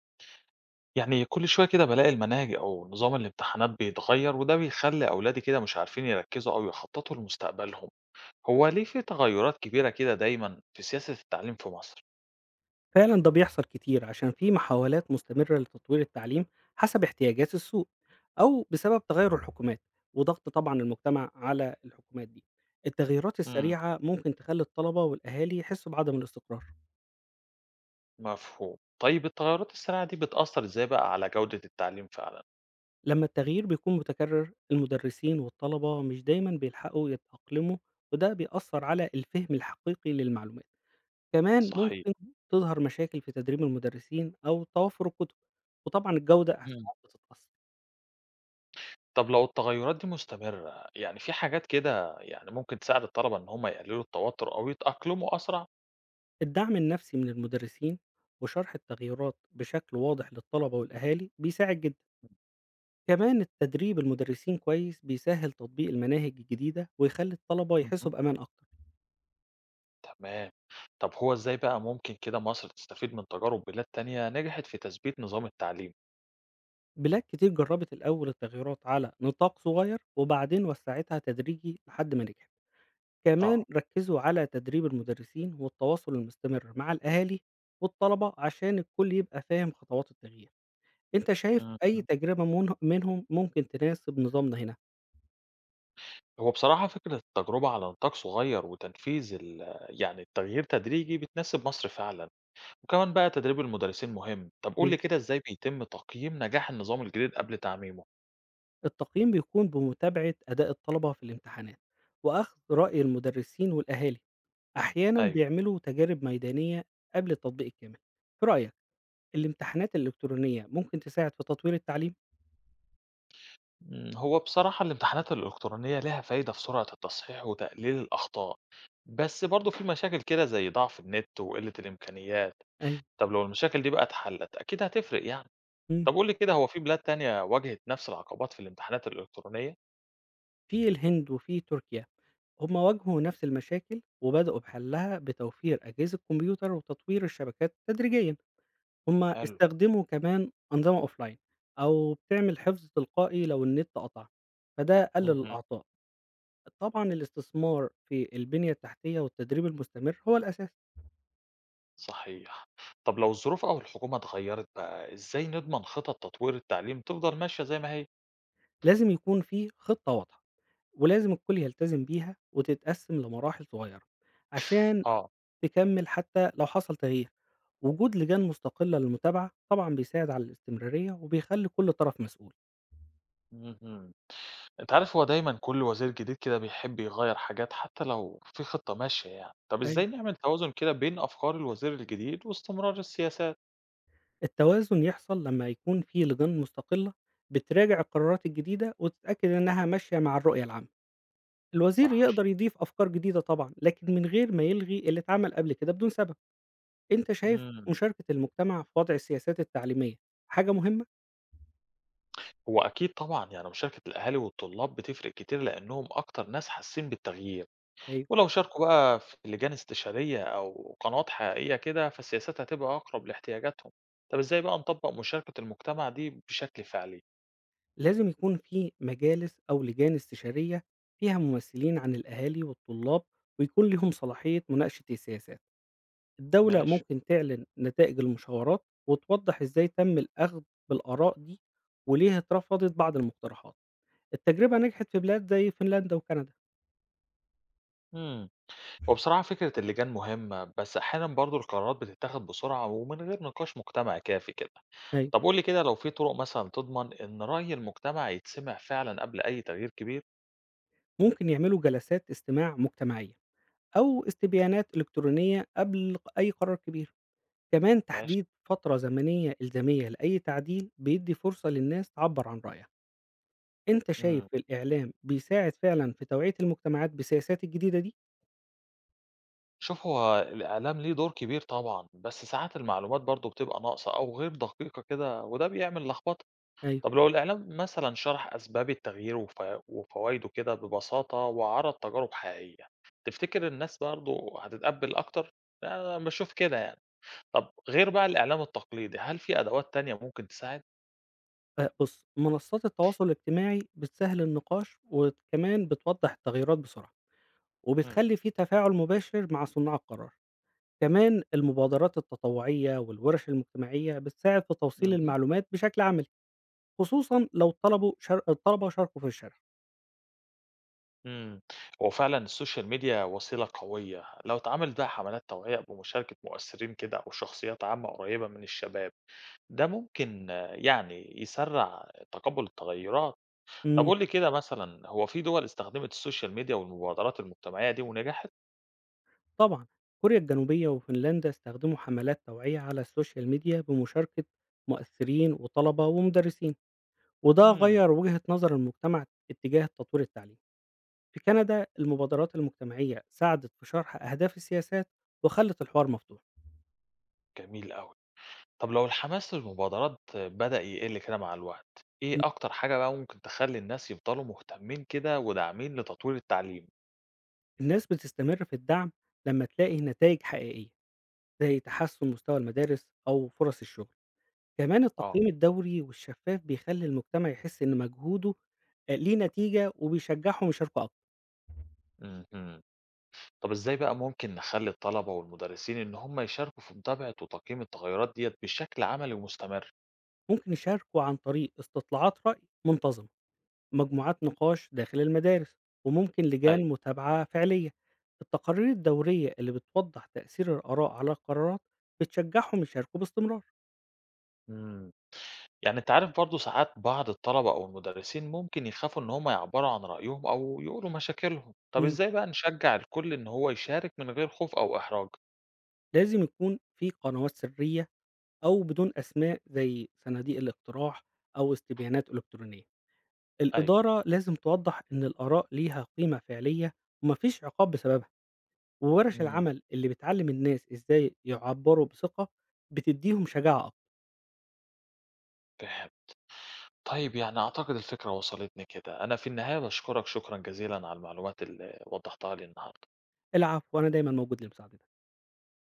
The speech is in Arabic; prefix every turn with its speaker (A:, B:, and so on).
A: يعني كل شوية كده بالاقي المناهج أو نظام الامتحانات بيتغير وده بيخلي أولادي كده مش عارفين يركزوا أو يخططوا لمستقبلهم، هو ليه في تغيرات كبيرة كده دايما في سياسة التعليم في مصر؟
B: فعلا ده بيحصل كتير عشان في محاولات مستمرة لتطوير التعليم حسب احتياجات السوق، أو بسبب تغير الحكومات وضغط طبعا المجتمع على الحكومات دي. التغييرات
A: امم
B: السريعة ممكن تخلي الطلبة والأهالي يحسوا بعدم الاستقرار.
A: مفهوم، طيب التغيرات السريعة دي بتأثر إزاي بقى على جودة التعليم فعلا؟
B: لما التغيير بيكون متكرر المدرسين والطلبة مش دايما بيلحقوا يتأقلموا، وده بيأثر على الفهم الحقيقي للمعلومات. كمان
A: صحيح،
B: ممكن تظهر مشاكل في تدريب المدرسين أو توافر الكتب، وطبعا الجودة
A: مم.
B: هتتأثر.
A: طب لو التغيرات دي مستمرة يعني في حاجات كده يعني ممكن تساعد الطلبة إن هم يقللوا التوتر أو يتأقلموا أسرع؟
B: الدعم النفسي من المدرسين وشرح التغيرات بشكل واضح للطلبة والأهالي بيساعد جدا. كمان التدريب المدرسين كويس بيسهل تطبيق المناهج الجديدة ويخلي الطلبة يحسوا بأمان أكتر.
A: تمام. طب هو إزاي بقى ممكن كده مصر تستفيد من تجارب بلاد تانية نجحت في تثبيت نظام التعليم؟
B: بلاد كتير جربت الأول التغيرات على نطاق صغير وبعدين وسعتها تدريجي لحد ما نجحت. كمان
A: اه
B: ركزوا على تدريب المدرسين والتواصل المستمر مع الأهالي والطلبة عشان الكل يبقى فاهم خطوات التغيير. انت شايف اي
A: مهم.
B: تجربة منهم ممكن تناسب نظامنا هنا؟
A: هو بصراحة فكرة التجربة على نطاق صغير وتنفيذ يعني التغيير تدريجي بتناسب مصر فعلا وكمان بقى تدريب المدرسين مهم طب قول لي
B: أيوة.
A: كده ازاي بيتم تقييم نجاح النظام الجديد قبل تعميمه
B: التقييم بيكون بمتابعة أداء الطلبة في الامتحانات وأخذ رأي المدرسين والأهالي. أحيانا
A: ايوه
B: بيعملوا تجارب ميدانية قبل التطبيق الكامل. في رأيك الامتحانات الإلكترونية ممكن تساعد في تطوير التعليم؟
A: مم، هو بصراحة الامتحانات الإلكترونية لها فايدة في سرعة التصحيح وتقليل الأخطاء بس برضه في مشاكل كده زي ضعف النت وقلة الإمكانيات
B: أيوة.
A: طب لو المشاكل دي بقى اتحلت أكيد هتفرق يعني.
B: مم.
A: طب قُل لي كده هو في بلاد تانية واجهت نفس العقبات في الامتحانات الإلكترونية؟
B: في الهند وفي تركيا هما واجهوا نفس المشاكل وبدأوا بحلها بتوفير أجهزة كمبيوتر وتطوير الشبكات تدريجيا. هما
A: حلو.
B: استخدموا كمان أنظمة أوفلاين، أو بتعمل حفظ تلقائي لو النت قطع، فده قلل
A: اهم،
B: الأعطال. طبعًا الاستثمار في البنية التحتية والتدريب المستمر هو الأساس.
A: صحيح. طب لو الظروف أو الحكومة اتغيّرت بقى، إزاي نضمن خطط تطوير التعليم تفضل ماشية زي ما هي؟
B: لازم يكون في خطة واضحة، ولازم الكل يلتزم بيها وتتقسم لمراحل صغيرة، عشان
A: آه.
B: تكمل حتى لو حصل تغيير. وجود لجان مستقلة للمتابعة طبعًا بيساعد على الاستمرارية وبيخلي كل طرف مسؤول.
A: اهم. أنت عارف هو دايمًا كل وزير جديد كده بيحب يغيّر حاجات حتى لو في خطة ماشية يعني. طب إزاي
B: أيوه.
A: نعمل توازن كده بين أفكار الوزير الجديد واستمرار السياسات؟
B: التوازن يحصل لما يكون في لجان مستقلة بتراجع القرارات الجديدة وتتأكد إنها ماشية مع الرؤية العامة. الوزير
A: صح.
B: يقدر يضيف أفكار جديدة طبعًا، لكن من غير ما يلغي اللي اتعمل قبل كده بدون سبب. أنت شايف
A: إمم.
B: مشاركة المجتمع في وضع السياسات التعليمية حاجة مهمة؟
A: هو أكيد طبعًا، يعني مشاركة الأهالي والطلاب بتفرق كتير لأنهم أكتر ناس حاسين بالتغيير،
B: أيوه.
A: ولو شاركوا بقى في لجان استشارية أو قنوات حقيقية كده، فالسياسات هتبقى أقرب لاحتياجاتهم. طب إزاي بقى نطبق مشاركة المجتمع دي بشكل فعلي؟
B: لازم يكون في مجالس أو لجان استشارية فيها ممثلين عن الأهالي والطلاب، ويكون ليهم صلاحية مناقشة السياسات. الدولة
A: ماشي.
B: ممكن تعلن نتائج المشاورات وتوضح إزاي تم الأخذ بالآراء دي وليه اترفضت بعض المقترحات. التجربة نجحت في بلاد زي فنلندا وكندا.
A: إمم، هو بصراحة فكرة اللجان مهمة، بس أحيانًا برضه القرارات بتتاخد بسرعة ومن غير نقاش مجتمعي كافي كده.
B: أيوه.
A: طب قُل لي كده لو في طرق مثلًا تضمن إن رأي المجتمع يتسمع فعلًا قبل أي تغيير كبير؟
B: ممكن يعملوا جلسات استماع مجتمعية أو استبيانات إلكترونية قبل أي قرار كبير. كمان
A: ماشي.
B: تحديد فترة زمنية إلزامية لأي تعديل بيدي فرصة للناس تعبر عن رأيها. أنت شايف
A: إمم.
B: الإعلام بيساعد فعلا في توعية المجتمعات بالسياسات الجديدة دي؟
A: شوف هو الإعلام ليه دور كبير طبعًا، بس ساعات المعلومات برضه بتبقى ناقصة أو غير دقيقة كده وده بيعمل لخبطة.
B: ايوه
A: طب لو الإعلام مثلًا شرح أسباب التغيير وفوايده كده ببساطة وعرض تجارب حقيقية، تفتكر الناس برضه هتتقبل أكتر؟ أنا باشوف كده يعني. طب غير بقى الإعلام التقليدي، هل في أدوات تانية ممكن تساعد؟
B: آه، بص منصات التواصل الاجتماعي بتسهل النقاش وكمان بتوضح التغيرات بسرعة
A: إمم.
B: وبتخلي في تفاعل مباشر مع صناع القرار. كمان المبادرات التطوعية والورش المجتمعية بتساعد في توصيل
A: اهم.
B: المعلومات بشكل عملي، خصوصا لو طلبوا الطلبة شاركوا في الشرح.
A: إمم. هو فعلًا السوشيال ميديا وسيلة قوية لو اتعملت بقى حملات توعية بمشاركة مؤثرين كده أو شخصيات عامة قريبة من الشباب. ده ممكن يعني يسرّع تقبُّل التغيُّرات. طب
B: مم.
A: قُل لي كده مثلًا هو في دول استخدمت الSocial media والمبادرات المجتمعية دي ونجحت؟
B: طبعًا، كوريا الجنوبية وفنلندا استخدموا حملات توعية على السوشيال ميديا بمشاركة مؤثرين وطلبة ومدرسين، وده
A: إمم،
B: غيّر وجهة نظر المجتمع اتجاه تطوير التعليم. في كندا المبادرات المجتمعية ساعدت في شرح أهداف السياسات وخلت الحوار مفتوح.
A: جميل أوي. طب لو الحماس للمبادرات بدأ يقِل كده مع الوقت، إيه
B: إمم.
A: أكتر حاجة بقى ممكن تخلّي الناس يفضلوا مهتمين كده وداعمين لتطوير التعليم؟
B: الناس بتستمر في الدعم لمّا تلاقي نتايج حقيقية، زي تحسن مستوى المدارس أو فرص الشغل. كمان
A: آه،
B: التقييم الدوري والشفاف بيخلي المجتمع يحس إن مجهوده ليه نتيجة وبيشجعهم يشاركوا أكتر.
A: اهم. طب إزاي بقى ممكن نخلّي الطلبة والمدرسين إن هم يشاركوا في متابعة وتقييم التغيُّرات ديّة بشكل عملي ومستمر؟
B: ممكن يشاركوا عن طريق استطلاعات رأي منتظمة، مجموعات نقاش داخل المدارس، وممكن
A: أيوه.
B: لجان متابعة فعلية. التقارير الدورية اللي بتوضح تأثير الآراء على القرارات بتشجعهم يشاركوا باستمرار.
A: إمم. يعني أنت عارف برضه ساعات بعض الطلبة أو المدرسين ممكن يخافوا إن هم يعبروا عن رأيهم أو يقولوا مشاكلهم، طب
B: مم.
A: إزاي بقى نشجع الكل إن هو يشارك من غير خوف أو إحراج؟
B: لازم يكون في قنوات سرية أو بدون أسماء زي صناديق الاقتراح أو استبيانات إلكترونية.
A: أيوه،
B: الإدارة لازم توضح إن الآراء ليها قيمة فعلية ومفيش عقاب بسببها. وورش
A: إمم،
B: العمل اللي بتعلّم الناس إزاي يعبّروا بثقة، بتدّيهم شجاعة أكتر.
A: فهمت. طيب يعني أعتقد الفكرة وصلتني كده، أنا في النهاية باشكرك شكرًا جزيلًا على المعلومات اللي وضحتها لي النهارده.
B: العب وأنا دايمًا موجود لمساعدتك.